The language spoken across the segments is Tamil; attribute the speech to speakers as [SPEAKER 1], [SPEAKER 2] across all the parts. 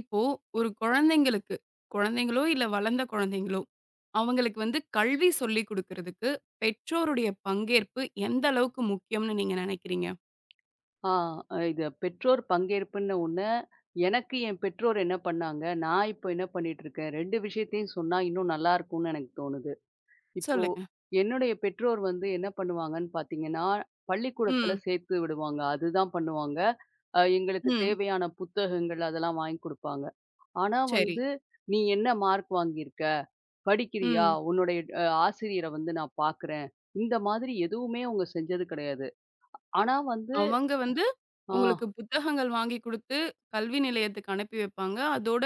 [SPEAKER 1] இப்போ ஒரு குழந்தைங்களுக்கு, குழந்தைங்களோ இல்ல வளர்ந்த குழந்தைங்களோ, அவங்களுக்கு வந்து கல்வி சொல்லிக் குடுக்குறதுக்கு பெற்றோருடைய பங்கேற்பு எந்த அளவுக்கு முக்கியம்னு நீங்க நினைக்கிறீங்க?
[SPEAKER 2] ஆ இது பெற்றோர் பங்கேற்புன்ன ஒண்ணு, எனக்கு என் பெற்றோர் என்ன பண்ணாங்க, நான் இப்போ என்ன பண்ணிட்டுருக்கேன் 2 விஷயத்தையும் சொன்னா இன்னும் நல்லாருக்கும்னு எனக்கு தோணுது. இப்போ
[SPEAKER 1] சொல்லுங்க.
[SPEAKER 2] என்னுடைய பெற்றோர் வந்து என்ன பண்ணுவாங்கன்னு பார்த்தீங்கன்னா, பள்ளிக்கூடத்துல
[SPEAKER 1] ம்,
[SPEAKER 2] சேர்த்து விடுவாங்க. அதுதான் பண்ணுவாங்க. எங்களுக்கு
[SPEAKER 1] ம்.
[SPEAKER 2] தேவையான புத்தகங்கள் அதெல்லாம் வாங்கி குடுப்பாங்க. ஆனா
[SPEAKER 1] சரி.
[SPEAKER 2] வந்து, "நீ என்ன மார்க் வாங்கியிருக்க? படிக்கிறியா?
[SPEAKER 1] ம்.
[SPEAKER 2] உன்னுடைய ஆசிரியர வந்து நான் பார்க்குறேன்." இந்த மாதிரி எதுவுமே அவங்க செஞ்சது கிடையாது. ஆனா வந்து
[SPEAKER 1] அவங்க வந்து
[SPEAKER 2] ஆ.
[SPEAKER 1] உங்களுக்கு புத்தகங்கள் வாங்கி குடுத்து கல்வி நிலையத்துக்கு அனுப்பி வைப்பாங்க. அதோட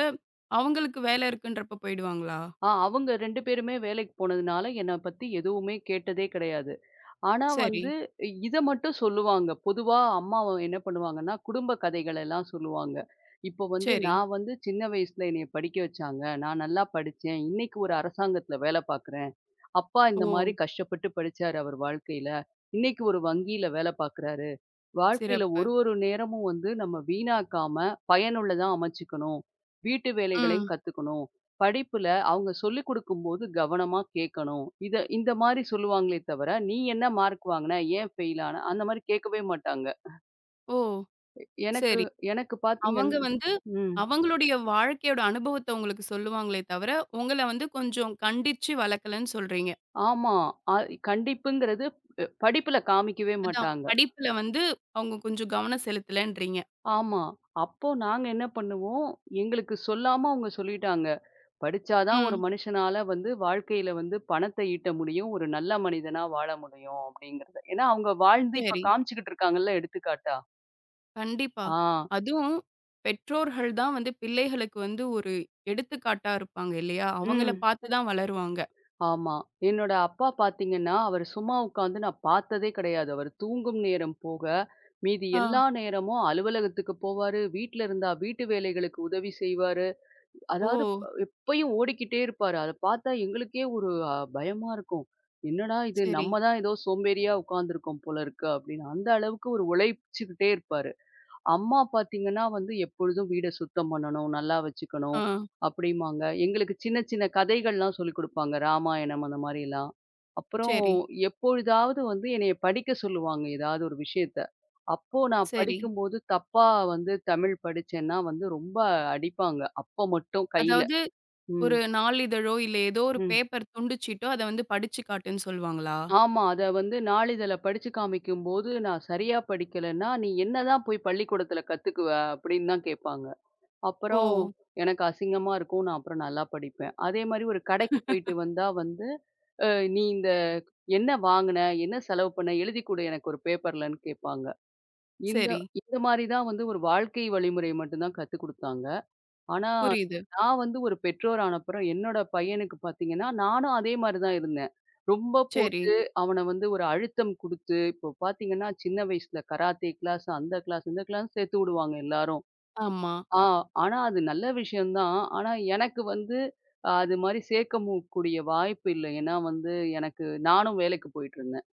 [SPEAKER 1] அவங்களுக்கு வேலை இருக்குன்றப்ப போயிடுவாங்களா?
[SPEAKER 2] ஆ அவங்க 2 பேருமே வேலைக்கு போனதுனால, என்ன பத்தி எதுவுமே கேட்டதே கிடையாது. ஆனா
[SPEAKER 1] சரி,
[SPEAKER 2] வந்து, இத மட்டும் சொல்லுவாங்க. பொதுவா அம்மா என்ன பண்ணுவாங்கன்னா, குடும்ப கதைகள் எல்லாம் சொல்லுவாங்க. இப்போ வந்து
[SPEAKER 1] சரி.
[SPEAKER 2] நான் வந்து சின்ன வயசுல என்னைய படிக்க வச்சாங்க. நான் நல்லா படிச்சேன். இன்னைக்கு ஒரு அரசாங்கத்துல வேலை பார்க்குறேன். அப்பா
[SPEAKER 1] ஓ!
[SPEAKER 2] இந்த மாரி கஷ்டப்பட்டு படிச்சாரு அவர் வாழ்க்கையில. இன்னைக்கு ஒரு வங்கியில வேலை பார்க்குறாரு. வாழ்க்கையில
[SPEAKER 1] சிறப்பு.
[SPEAKER 2] ஒரு ஒரு நேரமும் வந்து நம்ம வீணாக்காம பயனுள்ளதா அமைச்சுக்கணும். வீட்டு வேலைகளையும்
[SPEAKER 1] ம்.
[SPEAKER 2] கத்துக்கணும். படிப்புல அவங்க சொல்லிக் கொடுக்கும்போது கவனமா கேட்கணும். இத இந்த மாரி சொல்லுவாங்களே தவிர, "நீ என்ன மார்க் வாங்குன? ஏன் ஃபெயில் ஆன?" அந்த மாரி கேட்கவே மாட்டாங்க.
[SPEAKER 1] ஓ!
[SPEAKER 2] எனக்கு
[SPEAKER 1] சரி.
[SPEAKER 2] எனக்கு
[SPEAKER 1] அவங்க வந்து
[SPEAKER 2] ம்.
[SPEAKER 1] அவங்களுடைய வாழ்க்கையோட அனுபவத்த உங்களுக்கு சொல்லுவாங்களே தவிர, உங்கள வந்து கொஞ்சம் கண்டிச்சு வளர்க்கலன்னு சொல்றீங்க.
[SPEAKER 2] ஆமா. அ கண்டிப்புங்கிறது படிப்புல காமிக்கவே
[SPEAKER 1] அதான்
[SPEAKER 2] மாட்டாங்க.
[SPEAKER 1] படிப்புல வந்து அவங்க கொஞ்சம் கவனம் செலுத்தலன்றீங்க.
[SPEAKER 2] ஆமா. அப்போ நாங்க என்ன பண்ணுவோம், எங்களுக்கு சொல்லாம அவங்க சொல்லிட்டாங்க. படிச்சா தான் ஒரு
[SPEAKER 1] ம்.
[SPEAKER 2] மனுஷனால வந்து வாழ்க்கையில வந்து பணத்த ஈட்ட முடியும். ஒரு நல்ல மனிதனா வாழ முடியும் அப்படிங்கிறத. ஏன்னா அவங்க வாழ்ந்து இப்ப
[SPEAKER 1] சரி.
[SPEAKER 2] காமிச்சுக்கிட்டு இருக்காங்கல்ல எடுத்துக்காட்டா.
[SPEAKER 1] கண்டிப்பா.
[SPEAKER 2] ஆ.
[SPEAKER 1] அதுவும் பெற்றோர்கள் தான் வந்து பிள்ளைகளுக்கு வந்து ஒரு எடுத்துக்காட்டா இருப்பாங்க இல்லையா? அவங்கள
[SPEAKER 2] ம்.
[SPEAKER 1] பார்த்து தான் வளருவாங்க.
[SPEAKER 2] ஆமா. என்னோட அப்பா பார்த்தீங்கன்னா, அவர் சும்மா உட்காந்து நான் பார்த்ததே கிடையாது. அவர் தூங்கும் நேரம் போக, மீதி
[SPEAKER 1] ஆ.
[SPEAKER 2] எல்லா நேரமும் அலுவலகத்துக்கு போவாரு. வீட்ல இருந்தா வீட்டு வேலைகளுக்கு உதவி செய்வாரு.
[SPEAKER 1] ஓ!
[SPEAKER 2] அதாவது எப்பயும் ஓடிக்கிட்டே இருப்பாரு. அத பார்த்தா எங்களுக்கே ஒரு பயமா இருக்கும். என்னடா இது
[SPEAKER 1] சரி.
[SPEAKER 2] நம்ம தான் ஏதோ சோம்பேறியா உட்காந்துருக்கோம் போல இருக்கு அப்படின்னு. அந்த அளவுக்கு ஒரு உழைச்சுக்கிட்டே இருப்பாரு. அம்மா பாத்தீங்கன்னா வந்து எப்பொழுதும் வீட சுத்தம் பண்ணணும், நல்லா வச்சுக்கணும்
[SPEAKER 1] ஆ.
[SPEAKER 2] அப்படிம்பாங்க. எங்களுக்கு சின்ன சின்ன கதைகள்லாம் சொல்லிக் குடுப்பாங்க. ராமாயணம் அந்த மாரிலாம். அப்புறம்
[SPEAKER 1] சரி,
[SPEAKER 2] எப்பொழுதாவது வந்து என்னைய படிக்க சொல்லுவாங்க ஏதாவது ஒரு விஷயத்த. அப்போ நான்
[SPEAKER 1] சரி.
[SPEAKER 2] படிக்கும்போது தப்பா வந்து தமிழ் படிச்சேன்னா வந்து ரொம்ப அடிப்பாங்க. அப்ப மட்டும் கையில.
[SPEAKER 1] அதாவது
[SPEAKER 2] ம்.
[SPEAKER 1] ஒரு நாளிதழோ, இல்ல ஏதோ ஒரு
[SPEAKER 2] ம்.
[SPEAKER 1] பேப்பர் துண்டுச்சீட்டோ, அத வந்து படிச்சு காட்டுன்னு சொல்லுவாங்களா?
[SPEAKER 2] ஆமா. அத வந்து நாளிதழ படிச்சு காமிக்கும்போது, நான் சரியா படிக்கலன்னா, "நீ என்னதான் போய் பள்ளிக்கூடத்துல கத்துக்குவ?" அப்படின்னு தான் கேட்பாங்க.
[SPEAKER 1] ஓ!
[SPEAKER 2] அப்புறம் எனக்கு அசிங்கமா இருக்கும். நான் அப்புறம் நல்லா படிப்பேன். அதே மாரி ஒரு கடைக்கு போயிட்டு வந்தா வந்து, அ "நீ இந்த என்ன வாங்குன? என்ன செலவு பண்ண? எழுதி குடு எனக்கு ஒரு பேப்பர்லன்னு" கேட்பாங்க. இந்த
[SPEAKER 1] சரி.
[SPEAKER 2] இந்த மாரி தான் வந்து ஒரு வாழ்க்கை வழிமுறை மட்டும் தான் கத்துக் குடுத்தாங்க. ஆனா,
[SPEAKER 1] புரியுது.
[SPEAKER 2] நான் வந்து ஒரு பெற்றோர் ஆனப்புறம் என்னோட பையனுக்கு பார்த்தீங்கன்னா, நானும் அதே மாரி தான் இருந்தேன். ரொம்ப
[SPEAKER 1] சரி.
[SPEAKER 2] போட்டு அவன வந்து ஒரு அழுத்தம் குடுத்து, இப்போ பார்த்தீங்கன்னா, சின்ன வயசுல கராத்தே கிளாஸ், அந்த கிளாஸ், இந்த கிளாஸ்ன்னு சேர்த்து விடுவாங்க எல்லாரும்.
[SPEAKER 1] ஆமா.
[SPEAKER 2] ஆ. ஆனா அது நல்ல விஷயம் தான். ஆனா எனக்கு வந்து அது மாரி சேர்க்கவும் கூடிய வாய்ப்பு இல்ல. ஏன்னா வந்து எனக்கு நானும் வேலைக்கு போயிட்டுருந்தேன்.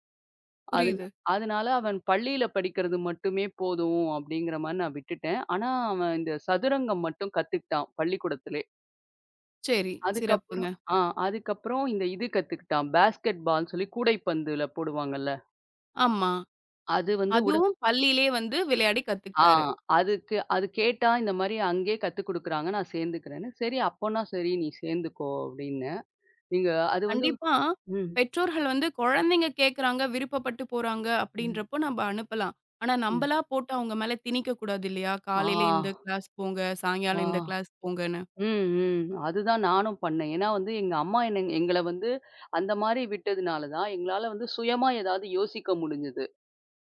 [SPEAKER 2] அது
[SPEAKER 1] புரியுது.
[SPEAKER 2] அதனால அவன் பள்ளியில படிக்கிறது மட்டுமே போதும் அப்படிங்கிற மாரி நான் விட்டுட்டேன். ஆனா அவன் இந்த சதுரங்கம் மட்டும் கத்துக்கிட்டான் பள்ளிக்கூடத்திலே.
[SPEAKER 1] சரி.
[SPEAKER 2] அதுக்கப்புறம்
[SPEAKER 1] சிறப்புங்க.
[SPEAKER 2] ஆ அதுக்கப்புறம் இந்த இது கத்துக்கிட்டான். பேஸ்கெட் பால்ன்னு சொல்லி கூடைப்பந்துல போடுவாங்கல்ல.
[SPEAKER 1] ஆமா.
[SPEAKER 2] அது வந்து
[SPEAKER 1] அதுவும் பள்ளியிலேயே வந்து விளையாடி
[SPEAKER 2] ஆ
[SPEAKER 1] கத்துக்கிட்டாரு.
[SPEAKER 2] அதுக்கு அது கேட்டா இந்த மாரி அங்கேயே கத்துக் குடுக்குறாங்க. நான் சேர்ந்துக்கிறேன்னு. சரி அப்போனா சரி நீ சேர்ந்துக்கோ அப்படின்னு. நீங்க அது வந்து
[SPEAKER 1] கண்டிப்பா
[SPEAKER 2] ம்,
[SPEAKER 1] பெற்றோர்கள் வந்து குழந்தைங்க கேட்கறாங்க, விருப்பப்பட்டு போறாங்க
[SPEAKER 2] ம்,
[SPEAKER 1] அப்படின்றப்போ நம்ம அனுப்பலாம். ஆனா
[SPEAKER 2] ம்.
[SPEAKER 1] நம்பளா போட்டு அவங்க மேல திணிக்கக்கூடாது இல்லையா?
[SPEAKER 2] ஆ,
[SPEAKER 1] காலையில இந்த கிளாஸ் போங்க,
[SPEAKER 2] ஆ.
[SPEAKER 1] சாயங்காலம் இந்த கிளாஸ் போங்கன்னு.
[SPEAKER 2] ம், ம். அதுதான் நானும் பண்ணேன். ஏன்னா வந்து எங்க அம்மா என்ன எங்கள வந்து அந்த மாரி விட்டதுனால தான், எங்களால வந்து சுயமா ஏதாவது யோசிக்க முடிஞ்சது.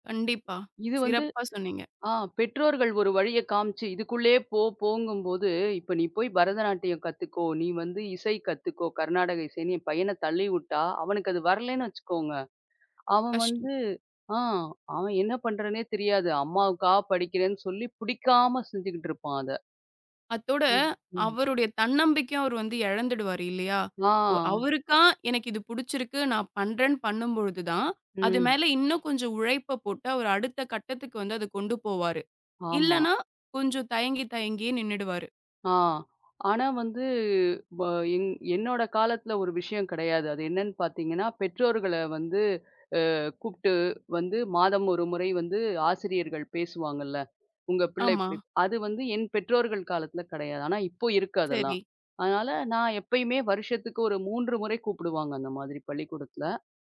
[SPEAKER 1] கண்டிப்பா.
[SPEAKER 2] இது வந்து
[SPEAKER 1] சிறப்பா சொன்னீங்க.
[SPEAKER 2] ஆ பெற்றோர்கள் ஒரு வழிய காமிச்சு, இதுக்குள்ளயே போங்கும்போது, இப்ப நீ போய் பரதநாட்டியம் கத்துக்கோ, நீ வந்து இசை கத்துக்கோ, கர்நாடக இசைன்னு என் பையன தள்ளிவுட்டா, அவனுக்கு அது வரலன்னு வச்சுக்கோங்க, அவன்
[SPEAKER 1] கஷ்டம்.
[SPEAKER 2] வந்து ஆ அவன் என்ன பண்றான்னே தெரியாது. அம்மாவுக்காக படிக்கிறேன்னு சொல்லி, புடிக்காம செஞ்சுகிட்டு இருப்பான் அத.
[SPEAKER 1] அத்தோட
[SPEAKER 2] ம், ம்.
[SPEAKER 1] அவருடைய தன்னம்பிக்கையும் அவர் வந்து இழந்துடுவாரு இல்லையா?
[SPEAKER 2] ஆ,
[SPEAKER 1] ஒ அவருக்கா எனக்கு இது புடிச்சிருக்கு. நான் பண்றேன்னு பண்ணும்பொழுது தான், அது
[SPEAKER 2] ம்.
[SPEAKER 1] மேல இன்னும் கொஞ்சம் உழைப்ப போட்டு அவர் அடுத்த கட்டத்துக்கு வந்து அத கொண்டு போவாரு.
[SPEAKER 2] ஆமா.
[SPEAKER 1] இல்லன்னா, கொஞ்சம் தயங்கி தயங்கியே நின்னுடுவாரு.
[SPEAKER 2] ஆ. ஆனா வந்து வ என் என்னோட காலத்துல ஒரு விஷயம் கிடையாது. அது என்னன்னு பார்த்தீங்கன்னா, பெற்றோர்கள வந்து கூப்ட்டு வந்து மாதம் ஒரு முறை வந்து ஆசிரியர்கள் பேசுவாங்கல்ல. உங்க பிள்ளை
[SPEAKER 1] ஆமா.
[SPEAKER 2] இப்படி அது வந்து என் பெற்றோர்கள் காலத்துல கிடையாது. ஆனா இப்போ இருக்கு அதெல்லாம்.
[SPEAKER 1] சரி.
[SPEAKER 2] அதனால நான் எப்பயுமே வருஷத்துக்கு ஒரு 3 முறை கூப்பிடுவாங்க அந்த மாதிரி பள்ளிக்கூடத்துல.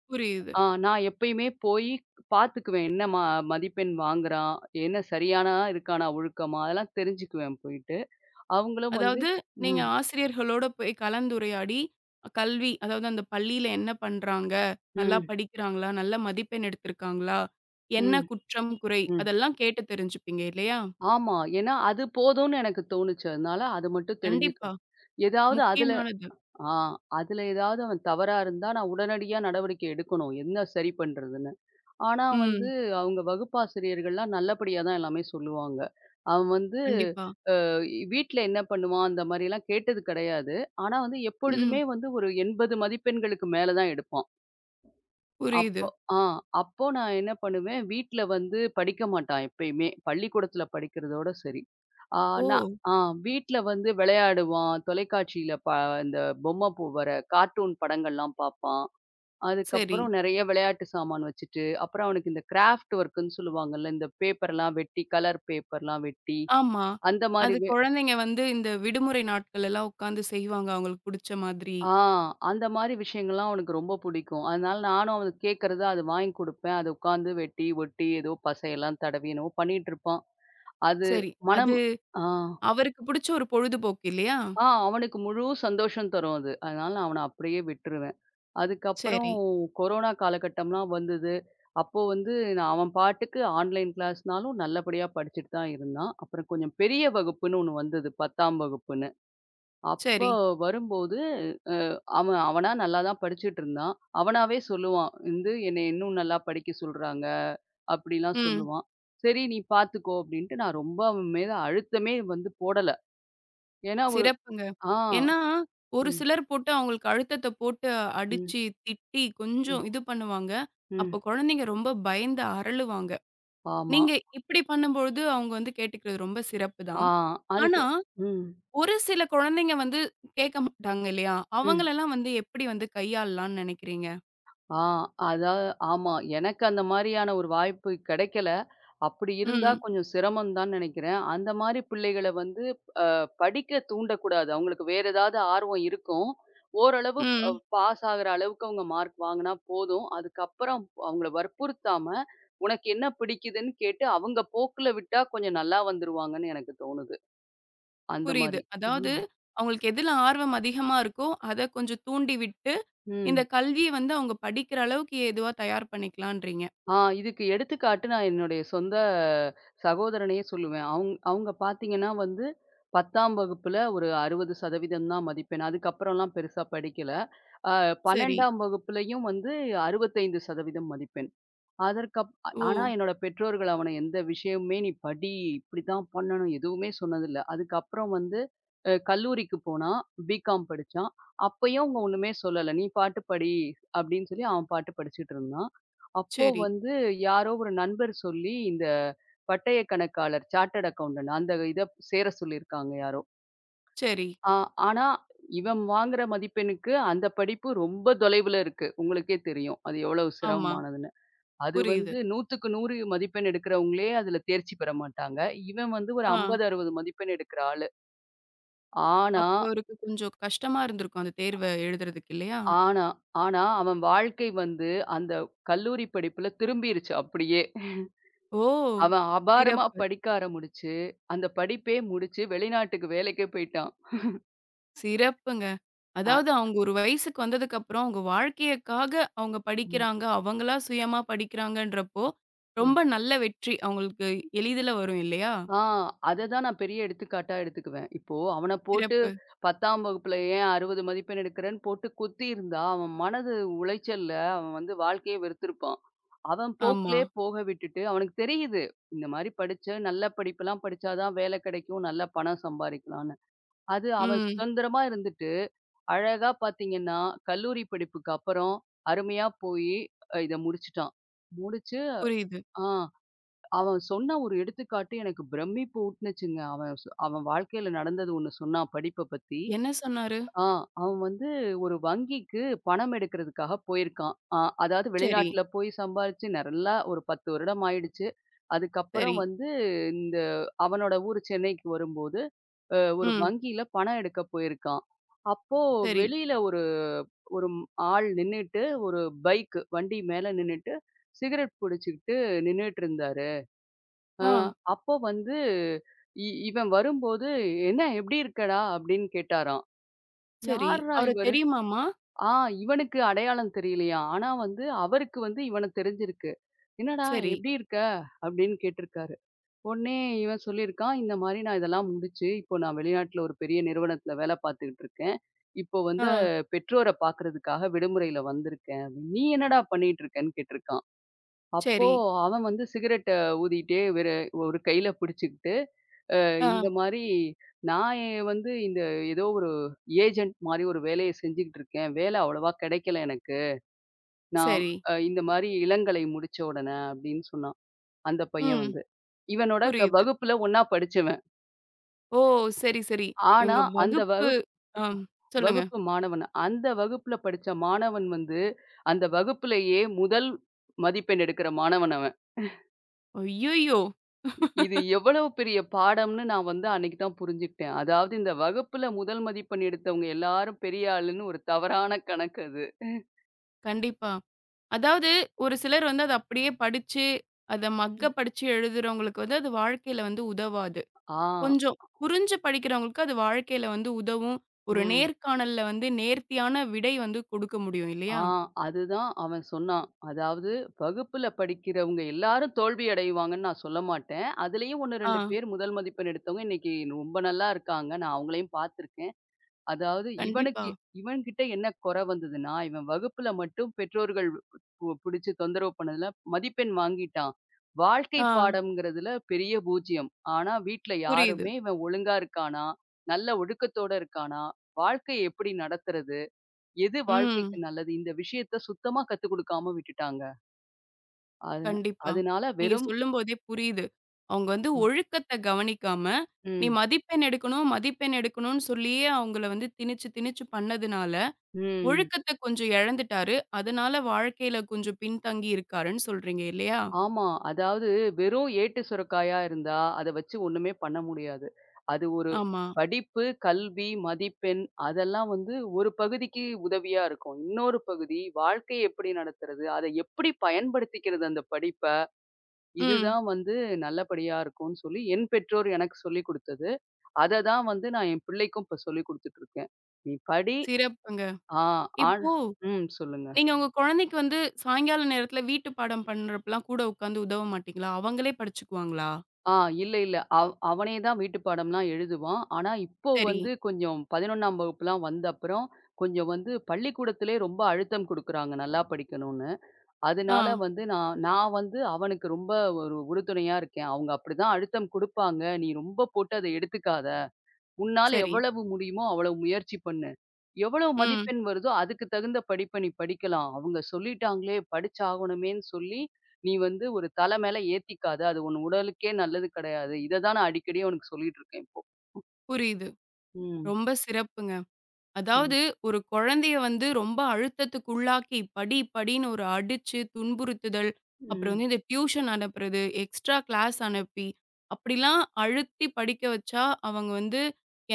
[SPEAKER 1] புரியுது.
[SPEAKER 2] ஆ நான் எப்பயுமே போய் பார்த்துக்குவேன். என்ன மதிப்பெண் வாங்குறான்? என்ன சரியானா இருக்கானா ஒழுக்கமா? அதெல்லாம் தெரிஞ்சுக்குவேன் போயிட்டு. அவங்களும் வந்து
[SPEAKER 1] அதாவது நீங்க
[SPEAKER 2] ம்,
[SPEAKER 1] ஆசிரியர்களோட போய் கலந்துரையாடி, கல்வி அதாவது அந்த பள்ளியில என்ன பண்றாங்க? நல்லா
[SPEAKER 2] ம்,
[SPEAKER 1] படிக்கிறாங்களா? நல்ல மதிப்பெண் எடுத்திருக்காங்களா? என்ன
[SPEAKER 2] ம்,
[SPEAKER 1] குற்றம், குறை?
[SPEAKER 2] ம்.
[SPEAKER 1] அதெல்லாம் கேட்டு தெரிஞ்சுப்பீங்க இல்லையா?
[SPEAKER 2] ஆமா. ஏன்னா அது போதும்னு எனக்கு தோணுச்சு. அதனால அது மட்டும்
[SPEAKER 1] கண்டிப்பா.
[SPEAKER 2] தெரிஞ்சுக்குவேன். ஏதாவது அதுல
[SPEAKER 1] முக்கியமானது.
[SPEAKER 2] ஆ அதுல ஏதாவது அவன் தவறா இருந்தா, நான் உடனடியா நடவடிக்கை எடுக்கணும். என்ன சரி பண்றதுன்னு. ஆனா வந்து
[SPEAKER 1] ம்.
[SPEAKER 2] அவங்க வகுப்பாசிரியர்கள்லாம் நல்லபடியா தான் எல்லாமே சொல்லுவாங்க. அவன் வந்து
[SPEAKER 1] கண்டிப்பா.
[SPEAKER 2] வீட்ல என்ன பண்ணுவான்? அந்த மாரிலாம் கேட்டது கிடையாது. ஆனா வந்து எப்பொழுதுமே
[SPEAKER 1] ம்.
[SPEAKER 2] வந்து ஒரு 80 மதிப்பெண்களுக்கு மேல தான் எடுப்பான்.
[SPEAKER 1] புரியுது.
[SPEAKER 2] அப்போ ஆ அப்போ நான் என்ன பண்ணுவேன், வீட்ல வந்து படிக்க மாட்டான் எப்பயுமே. பள்ளிக்கூடத்துல படிக்கிறதோட சரி. ஆ
[SPEAKER 1] ஓ!
[SPEAKER 2] நான் ஆ வீட்ல வந்து விளையாடுவான். தொலைக்காட்சியில இந்த பொம்மை பு வர கார்ட்டூன் படங்கள்லாம் பார்ப்பான்.
[SPEAKER 1] சரி.
[SPEAKER 2] அதுக்கப்புறம் நெறைய விளையாட்டு சாமான் வச்சுட்டு, அப்புறம் அவனுக்கு இந்த கிராஃப்ட் ஒர்க்குன்னு சொல்லுவாங்கல்ல, இந்த பேப்பர்லாம் வெட்டி, கலர் பேப்பர்லாம் வெட்டி,
[SPEAKER 1] ஆமா.
[SPEAKER 2] அந்த மாரி
[SPEAKER 1] அது குழந்தைங்க வந்து இந்த விடுமுறை நாட்கள் எல்லாம் உட்காந்து செய்வாங்க, அவங்களுக்கு புடிச்ச மாதிரி.
[SPEAKER 2] ஆ. அந்த மாரி விஷயங்கள்லாம் அவனுக்கு ரொம்ப புடிக்கும். அதனால நானும் அவனுக்கு கேட்கறத அது வாங்கி குடுப்பேன். அது உட்காந்து வெட்டி, ஒட்டி ஏதோ பசையெல்லாம் தடவி என்னமோ பண்ணிட்டுருப்பான். அது
[SPEAKER 1] சரி.
[SPEAKER 2] மனம்
[SPEAKER 1] அது
[SPEAKER 2] ஆ,
[SPEAKER 1] அவருக்கு புடிச்ச ஒரு பொழுதுபோக்கு இல்லையா?
[SPEAKER 2] ஆ அவனுக்கு முழு சந்தோஷம் தரும் அது. அதனால நான் அவன அப்படியே விட்டுருவேன். அதுக்கப்புறம்
[SPEAKER 1] சரி,
[SPEAKER 2] கொரோனா காலகட்டம்லாம் வந்தது. அப்போ வந்து நான் அவன் பாட்டுக்கு ஆன்லைன் கிளாஸ்னாலும் நல்லபடியா படிச்சுட்டு தான் இருந்தான். அப்புறம் கொஞ்சம் பெரிய வகுப்புன்னு ஒண்ணு வந்தது 10ஆம் வகுப்புன்னு. அப்ப
[SPEAKER 1] சரி.
[SPEAKER 2] வரும்போது அவன் அவனா நல்லா தான் படிச்சுட்டு இருந்தான். அவனாவே சொல்லுவான். வந்து என்னைய இன்னும் நல்லா படிக்க சொல்றாங்க. அப்படிலாம்
[SPEAKER 1] ம்.
[SPEAKER 2] சொல்லுவான். சரி நீ பார்த்துக்கோ அப்படின்ட்டு நான் ரொம்ப அவன் மேல அழுத்தமே வந்து போடல. ஏன்னா ஒரு
[SPEAKER 1] சிறப்புங்க.
[SPEAKER 2] ஆ.
[SPEAKER 1] ஏன்னா, ஒரு
[SPEAKER 2] ம்,
[SPEAKER 1] சிலர் போட்டு அவங்களுக்கு அழுத்தத்த போட்டு
[SPEAKER 2] ம்,
[SPEAKER 1] அடிச்சு, திட்டி
[SPEAKER 2] ம்,
[SPEAKER 1] கொஞ்சம் இது பண்ணுவாங்க. அப்போ
[SPEAKER 2] ம்.
[SPEAKER 1] குழந்தைங்க ரொம்ப பயந்து அரளுவாங்க.
[SPEAKER 2] ஆமா.
[SPEAKER 1] நீங்க இப்படி பண்ணும்பொழுது அவங்க வந்து கேட்டுக்கிறது ரொம்ப சிறப்பு
[SPEAKER 2] ஆ
[SPEAKER 1] தான்.
[SPEAKER 2] அதுக்கு
[SPEAKER 1] ஆனா
[SPEAKER 2] ம்,
[SPEAKER 1] ஒரு சில குழந்தைங்க வந்து கேட்க மாட்டாங்க இல்லையா?
[SPEAKER 2] ம்.
[SPEAKER 1] அவங்களெல்லாம் வந்து எப்படி வந்து கையாளலாம்ன்னு நினைக்கிறீங்க?
[SPEAKER 2] ஆ அதா ஆமா. எனக்கு அந்த மாரியான ஒரு வாய்ப்பு கிடைக்கல. அப்படி இருந்தா
[SPEAKER 1] ம்,
[SPEAKER 2] கொஞ்சம் சிரமம் தான் நெனைக்கிறேன். அந்த மாரி பிள்ளைகள வந்து படிக்க தூண்டக்கூடாது. அவங்களுக்கு வேற ஏதாவது ஆர்வம் இருக்கும். ஓரளவு
[SPEAKER 1] ம்.
[SPEAKER 2] பாஸ் ஆகுற அளவுக்கு அவங்க மார்க் வாங்குனா போதும். அதுக்கப்புறம் அவங்கள வற்புறுத்தாம, உனக்கு என்ன பிடிக்குதுன்னு கேட்டு அவங்க போக்குல விட்டா கொஞ்சம் நல்லா வந்துருவாங்கன்னு எனக்கு தோணுது. அந்த
[SPEAKER 1] புரியுது.
[SPEAKER 2] மாரி. ஆ.
[SPEAKER 1] அதாவது அவங்களுக்கு எதுல ஆர்வம் அதிகமா இருக்கோ, அத கொஞ்சம் தூண்டி விட்டு, இந்த
[SPEAKER 2] ம்.
[SPEAKER 1] கல்விய வந்து அவங்க படிக்கிற அளவுக்கு ஏதுவா தயார் பண்ணிக்கலான்றீங்க.
[SPEAKER 2] ஆ இதுக்கு எடுத்துக்காட்டு நான் என்னுடைய சொந்த சகோதரனையே சொல்லுவேன். அவுங்க பார்த்தீங்கன்னா வந்து 10ஆம் வகுப்புல ஒரு 60% தான் மதிப்பெண். அதுக்கப்புறம்லாம் பெருசா படிக்கல. அ
[SPEAKER 1] சரி.
[SPEAKER 2] 12ஆம் வகுப்புலயும் வந்து 65% மதிப்பெண்.
[SPEAKER 1] ஓ!
[SPEAKER 2] ஆனா என்னோட பெற்றோர்கள் அவன எந்த விஷயமுமே "நீ படி, இப்படித்தான் பண்ணணும்" எதுவுமே சொன்னதில்ல. அதுக்கப்புறம் வந்து கல்லூரிக்கு போனான். பிகாம் படிச்சான். அப்பயும் அவங்க ஒண்ணுமே சொல்லல. "நீ பாட்டு படி" அப்படின்னு சொல்லி அவன் பாட்டு படிச்சுட்டு இருந்தான். அப்போ
[SPEAKER 1] சரி,
[SPEAKER 2] வந்து யாரோ ஒரு நண்பர் சொல்லி, இந்த பட்டய கணக்காளர், சார்ட்டர்ட் அக்கவுண்டன்ட் அந்த இத சேர சொல்லியிருக்காங்க யாரோ.
[SPEAKER 1] சரி.
[SPEAKER 2] ஆ ஆனா இவன் வாங்குற மதிப்பெண்ணுக்கு அந்த படிப்பு ரொம்ப தொலைவுல இருக்கு. உங்களுக்கே தெரியும். அது எவ்வளவு
[SPEAKER 1] ஆமா.
[SPEAKER 2] சிரமமானதுன்னு. அது
[SPEAKER 1] புரியுது.
[SPEAKER 2] வந்து 100க்கு 100 மதிப்பெண் எடுக்கிறவங்களே அதுல தேர்ச்சி பெற மாட்டாங்க. இவன் வந்து ஒரு
[SPEAKER 1] ஆ.
[SPEAKER 2] 50, 60 மதிப்பெண் எடுக்கிற ஆளு. ஆனா,
[SPEAKER 1] அப்போ அவருக்கு கொஞ்சம் கஷ்டமா இருந்திருக்கும் அந்த தேர்வ எழுதுறதுக்கு இல்லையா?
[SPEAKER 2] ஆனா, ஆனா அவன் வாழ்க்கை வந்து அந்த கல்லூரி படிப்புல திரும்பிருச்சு அப்படியே.
[SPEAKER 1] ஓ!
[SPEAKER 2] அவன் அபாரமா
[SPEAKER 1] சிறப்பு.
[SPEAKER 2] படிக்க ஆரம்பிச்சு, அந்த படிப்பே முடிச்சு வெளிநாட்டுக்கு வேலைக்கே போயிட்டான்.
[SPEAKER 1] சிறப்புங்க.
[SPEAKER 2] அ
[SPEAKER 1] அதாவது அவங்க ஒரு வயசுக்கு வந்ததுக்கப்புறம், அவங்க வாழ்க்கையக்காக அவங்க படிக்கிறாங்க. அவங்களா சுயமா படிக்கிறாங்கன்றப்போ,
[SPEAKER 2] ம்.
[SPEAKER 1] ரொம்ப நல்ல வெற்றி அவங்களுக்கு எளிதில வரும் இல்லையா?
[SPEAKER 2] ஆ அததான் நான் பெரிய எடுத்துக்காட்டா எடுத்துக்குவேன். இப்போ அவன போட்டு
[SPEAKER 1] சிறப்பு.
[SPEAKER 2] 10ஆம் வகுப்புல ஏன் 60 மதிப்பெண் எடுக்கிறேன்னு போட்டு குத்தியிருந்தா, அவன் மனது உளைச்சல்ல அவன் வந்து வாழ்க்கையே வெறுத்திருப்பான். அவன்
[SPEAKER 1] ஆமா.
[SPEAKER 2] போக்கிலே போக விட்டுட்டு அவனுக்கு தெரியுது. இந்த மாரி படிச்சு நல்ல படிப்பெல்லாம் படிச்சா தான் வேலை கிடைக்கும், நல்ல பணம் சம்பாரிக்கலாம்ன்னு. அது அவன்
[SPEAKER 1] ம்.
[SPEAKER 2] சுதந்திரமா இருந்துட்டு, அழகா பார்த்தீங்கன்னா, கல்லூரி படிப்புக்கு அப்புறம் அருமையா போயி, இத முடிச்சுட்டான். முடிச்சு
[SPEAKER 1] புரியுது.
[SPEAKER 2] ஆ. அவன் சொன்ன ஒரு எடுத்துக்காட்டு எனக்கு பிரமிப்பு ஊட்டுனுச்சுங்க. அவன் வாழ்க்கையில நடந்தது ஒண்ணு சொன்னான் படிப்ப பத்தி.
[SPEAKER 1] என்ன சொன்னாரு?
[SPEAKER 2] ஆ அவன் வந்து ஒரு வங்கிக்கு பணம் எடுக்கிறதுக்காக போயிருக்கான். அதாவது
[SPEAKER 1] சரி,
[SPEAKER 2] வெளிநாட்ல போய் சம்பாரிச்சு நல்லா ஒரு 10 வருடம் ஆயிடுச்சு. அதுக்கப்புறம்
[SPEAKER 1] சரி.
[SPEAKER 2] வந்து இந்த அவனோட ஊர் சென்னைக்கு வரும்போது, ஒரு
[SPEAKER 1] ம்.
[SPEAKER 2] வங்கியில பணம் எடுக்க போயிருக்கான். அப்போ
[SPEAKER 1] சரி.
[SPEAKER 2] வெளியில ஒரு ஒரு ஆள் நின்னுட்டு, ஒரு பைக் வண்டி மேல நின்னுட்டு, சிகரெட் பிடிச்சுக்கிட்டு நின்னுட்டு இருந்தாரு. அ
[SPEAKER 1] ஆ.
[SPEAKER 2] அப்போ வந்து இவன் வரும்போது, "என்ன எப்படி இருக்கடா?" அப்படின்னு கேட்டாராம்.
[SPEAKER 1] சரி.
[SPEAKER 2] யார்ரா ம்.
[SPEAKER 1] அவர
[SPEAKER 2] இவரு?
[SPEAKER 1] தெரியுமாமா?
[SPEAKER 2] ஆ இவனுக்கு அடையாளம் தெரியலையாம். ஆனா வந்து அவருக்கு வந்து இவன தெரிஞ்சிருக்கு. "என்னடா
[SPEAKER 1] சரி.
[SPEAKER 2] எப்படி இருக்க?" அப்படின்னு கேட்டிருக்காரு. உடனே இவன் சொல்லியிருக்கான், "இந்த மாரி நான் இதெல்லாம் முடிச்சு, இப்போ நான் வெளிநாட்டுல ஒரு பெரிய நிறுவனத்துல வேலை பார்த்துக்கிட்டு இருக்கேன். இப்போ
[SPEAKER 1] ஆ.
[SPEAKER 2] வந்து பெற்றோர பார்க்கறதுக்காக விடுமுறையில வந்திருக்கேன்." அப்படின்னு. "நீ என்னடா பண்ணிட்டு இருக்கன்னு?" கேட்டிருக்கான். அப்போ
[SPEAKER 1] சரி.
[SPEAKER 2] அவன் வந்து சிகரெட்ட ஊதிட்டே வெறு ஒரு கையில பிடிச்சுக்கிட்டு
[SPEAKER 1] ஆ.
[SPEAKER 2] இந்த மாரி நான் வந்து இந்த ஏதோ ஒரு ஏஜென்ட் மாரி ஒரு வேலைய செஞ்சுகிட்டு இருக்கேன். வேலை அவ்வளவா கிடைக்கல எனக்கு. நான்
[SPEAKER 1] சரி.
[SPEAKER 2] இந்த மாரி இளங்கலை முடிச்ச உடனே அப்படின்னு சொன்னான். அந்த பையன்
[SPEAKER 1] ம்.
[SPEAKER 2] வந்து. இவனோட
[SPEAKER 1] புரியுது.
[SPEAKER 2] வகுப்புல ஒண்ணா படிச்சவன்.
[SPEAKER 1] ஓ! சரி, சரி.
[SPEAKER 2] ஆனா
[SPEAKER 1] இவங்க
[SPEAKER 2] அந்த
[SPEAKER 1] வகுப்பு
[SPEAKER 2] வகுப்
[SPEAKER 1] ஆ. சொல்லுங்க.
[SPEAKER 2] வகுப்பு மாணவன். அந்த வகுப்புல படிச்ச மாணவன் வந்து, அந்த வகுப்புலயே முதல் மதிப்பெண் எடுக்கிற மாணவன் அவன்.
[SPEAKER 1] ஐய்யய்யோ!
[SPEAKER 2] இது எவ்வளவு பெரிய பாடம்னு நான் வந்து அன்னைக்கு தான் புரிஞ்சுக்கிட்டேன். அதாவது இந்த வகுப்புல முதல் மதிப்பெண் எடுத்தவங்க எல்லாரும் பெரிய ஆளுன்னு ஒரு தவறான கணக்கு அது.
[SPEAKER 1] கண்டிப்பா. அதாவது ஒரு சிலர் வந்து அத அப்படியே படிச்சு, அத மக்க படிச்சு எழுதுறவங்களுக்கு வந்து அது வாழ்க்கையில வந்து உதவாது.
[SPEAKER 2] ஆ,
[SPEAKER 1] கொஞ்சம் புரிஞ்சு படிக்கிறவங்களுக்கு அது வாழ்க்கையில வந்து உதவும். ஒரு
[SPEAKER 2] ம்.
[SPEAKER 1] நேர்காணல்ல வந்து நேர்த்தியான விடை வந்து குடுக்க முடியும்
[SPEAKER 2] ஆ
[SPEAKER 1] இல்லையா?
[SPEAKER 2] அதுதான் அவன் சொன்னான். அதாவது வகுப்புல படிக்கிறவங்க எல்லாரும் தோல்வி அடைவாங்கன்னு நான் சொல்ல மாட்டேன். அதுலயும் 1,
[SPEAKER 1] ஆ,
[SPEAKER 2] 2 பேர் முதல் மதிப்பெண் எடுத்தவங்க இன்னைக்கு ரொம்ப நல்லா இருக்காங்க. நான் அவங்களையும் பார்த்துருக்கேன். அதாவது
[SPEAKER 1] கண்டிப்பா.
[SPEAKER 2] இவனுக்கு இவன்கிட்ட என்ன குறை வந்ததுன்னா, இவன் வகுப்புல மட்டும் பெற்றோர்கள் புடிச்சு தொந்தரவு பண்ணதுல மதிப்பெண் வாங்கிட்டான். வாழ்க்கை
[SPEAKER 1] ஆ,
[SPEAKER 2] பாடம்ங்கிறதுல பெரிய பூஜ்ஜியம். ஆனா வீட்ல
[SPEAKER 1] புரியுது.
[SPEAKER 2] யாருமே இவன் ஒழுங்கா இருக்கானா? நல்ல ஒழுக்கத்தோட இருக்கானா? வாழ்க்கைய எப்படி நடத்துறது? எது வாழ்க்கைக்கு
[SPEAKER 1] ம்.
[SPEAKER 2] நல்லது? இந்த விஷயத்த சுத்தமா கத்துக் குடுக்காம விட்டுட்டாங்க. அது
[SPEAKER 1] கண்டிப்பா.
[SPEAKER 2] அதனால
[SPEAKER 1] நீங்க
[SPEAKER 2] வெறும்
[SPEAKER 1] சொல்லும்போதே புரியுது. அவங்க வந்து ஒழுக்கத்த கவனிக்காம, நீ
[SPEAKER 2] ம்,
[SPEAKER 1] மதிப்பெண் எடுக்கணும், மதிப்பெண் எடுக்கணும்னு சொல்லியே அவங்கள வந்து திணிச்சு திணிச்சு பண்ணதுனால,
[SPEAKER 2] ம்.
[SPEAKER 1] ஒழுக்கத்த கொஞ்சம் இழந்துட்டாரு. அதனால வாழ்க்கையில கொஞ்சம் பின்தங்கி இருக்காருன்னு சொல்றீங்க இல்லையா?
[SPEAKER 2] ஆமா. அதாவது வெறும் ஏட்டு சுரைக்காயா இருந்தா, அத வச்சு ஒண்ணுமே பண்ண முடியாது. அது ஒரு
[SPEAKER 1] ஆமா.
[SPEAKER 2] படிப்பு, கல்வி, மதிப்பெண் அதெல்லாம் வந்து ஒரு பகுதிக்கு உதவியா இருக்கும். இன்னொரு பகுதி வாழ்க்கைய எப்படி நடத்துறது? அத எப்படி பயன்படுத்திக்கிறது அந்த படிப்ப?
[SPEAKER 1] ம்.
[SPEAKER 2] இதுதான் வந்து நல்லபடியா இருக்கும்ன்னு சொல்லி என் பெற்றோர் எனக்கு சொல்லிக் குடுத்தது. அத தான் வந்து நான் என் பிள்ளைக்கும் இப்ப சொல்லிக் குடுத்துட்டு இருக்கேன். நீ படி
[SPEAKER 1] சிறப்புங்க.
[SPEAKER 2] ஆ ஆன்
[SPEAKER 1] இப்போ
[SPEAKER 2] ம் சொல்லுங்க.
[SPEAKER 1] நீங்க உங்க குழந்தைக்கு வந்து சாயங்கால நேரத்துல வீட்டு பாடம் பண்றப்பலாம் கூட உட்காந்து உதவ மாட்டீங்களா? அவங்களே படிச்சுக்குவாங்களா?
[SPEAKER 2] ஆ இல்ல, இல்ல. அவனே தான் வீட்டு பாடம்லாம் எழுதுவான். ஆனா, இப்போ
[SPEAKER 1] சரி.
[SPEAKER 2] வந்து கொஞ்சம் 11ஆம் வகுப்புலாம் வந்த அப்புறம், கொஞ்சம் வந்து பள்ளிக்கூடத்திலே ரொம்ப அழுத்தம் குடுக்குறாங்க, நல்லா படிக்கணும்னு.
[SPEAKER 1] ஆ.
[SPEAKER 2] அதனால வந்து நான் நான் வந்து அவனுக்கு ரொம்ப ஒரு உறுதுணையா இருக்கேன். அவங்க அப்படிதான் அழுத்தம் குடுப்பாங்க. நீ ரொம்ப போட்டு அத எடுத்துக்காத. உன்னால
[SPEAKER 1] சரி.
[SPEAKER 2] எவ்வளவு முடியுமோ அவ்வளவு முயற்சி பண்ணு. எவ்வளவு
[SPEAKER 1] ம்.
[SPEAKER 2] மதிப்பெண் வருதோ அதுக்கு தகுந்த படிப்ப நீ படிக்கலாம். அவங்க சொல்லிட்டாங்களே படிச்சாகணுமேன்னு சொல்லி, நீ வந்து ஒரு தல மேல ஏத்திக்காத. அது உன் உடலுக்கே நல்லது கிடையாது. இத தான் நான் அடிக்கடி அவனுக்கு சொல்லிட்டு இருக்கேன் இப்போ.
[SPEAKER 1] புரியுது.
[SPEAKER 2] ம்.
[SPEAKER 1] ரொம்ப சிறப்புங்க.
[SPEAKER 2] ம்.
[SPEAKER 1] அதாவது ஒரு குழந்தைய வந்து ரொம்ப அழுத்தத்துக்கு உள்ளாக்கி, படி படின்னு ஒரு அடிச்சு துன்புறுத்துதல், அப்புறம்
[SPEAKER 2] ம்.
[SPEAKER 1] வந்து இந்த டியூஷன் அனுப்புறது, எக்ஸ்ட்ரா கிளாஸ் அனுப்பி, அப்படிலாம் அழுத்தி படிக்க வச்சா, அவங்க வந்து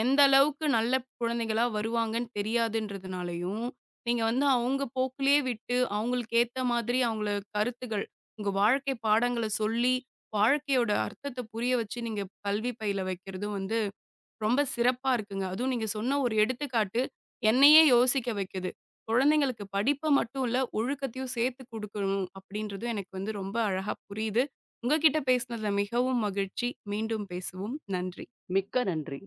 [SPEAKER 1] எந்த அளவுக்கு நல்ல குழந்தைகளா வருவாங்கன்னு தெரியாதுன்றதுனாலயும், நீங்க வந்து அவங்க போக்குலயே விட்டு, அவங்களுக்கு ஏத்த மாதிரி அவங்கள கருத்துக்கள், உங்க வாழ்க்கை பாடங்கள சொல்லி, வாழ்க்கையோட அர்த்தத்த புரிய வச்சு நீங்க கல்வி பயில வைக்கிறதும் வந்து ரொம்ப சிறப்பா இருக்குங்க. அதுவும் நீங்க சொன்ன ஒரு எடுத்துக்காட்டு என்னையே யோசிக்க வைக்குது. குழந்தைங்களுக்கு படிப்ப மட்டும் இல்ல, ஒழுக்கத்தையும் சேர்த்து குடுக்கணும் அப்படின்றதும் எனக்கு வந்து ரொம்ப அழகா புரியுது. உங்ககிட்ட பேசினதுல மிகவும் மகிழ்ச்சி. மீண்டும் பேசுவோம். நன்றி.
[SPEAKER 2] மிக்க நன்றி.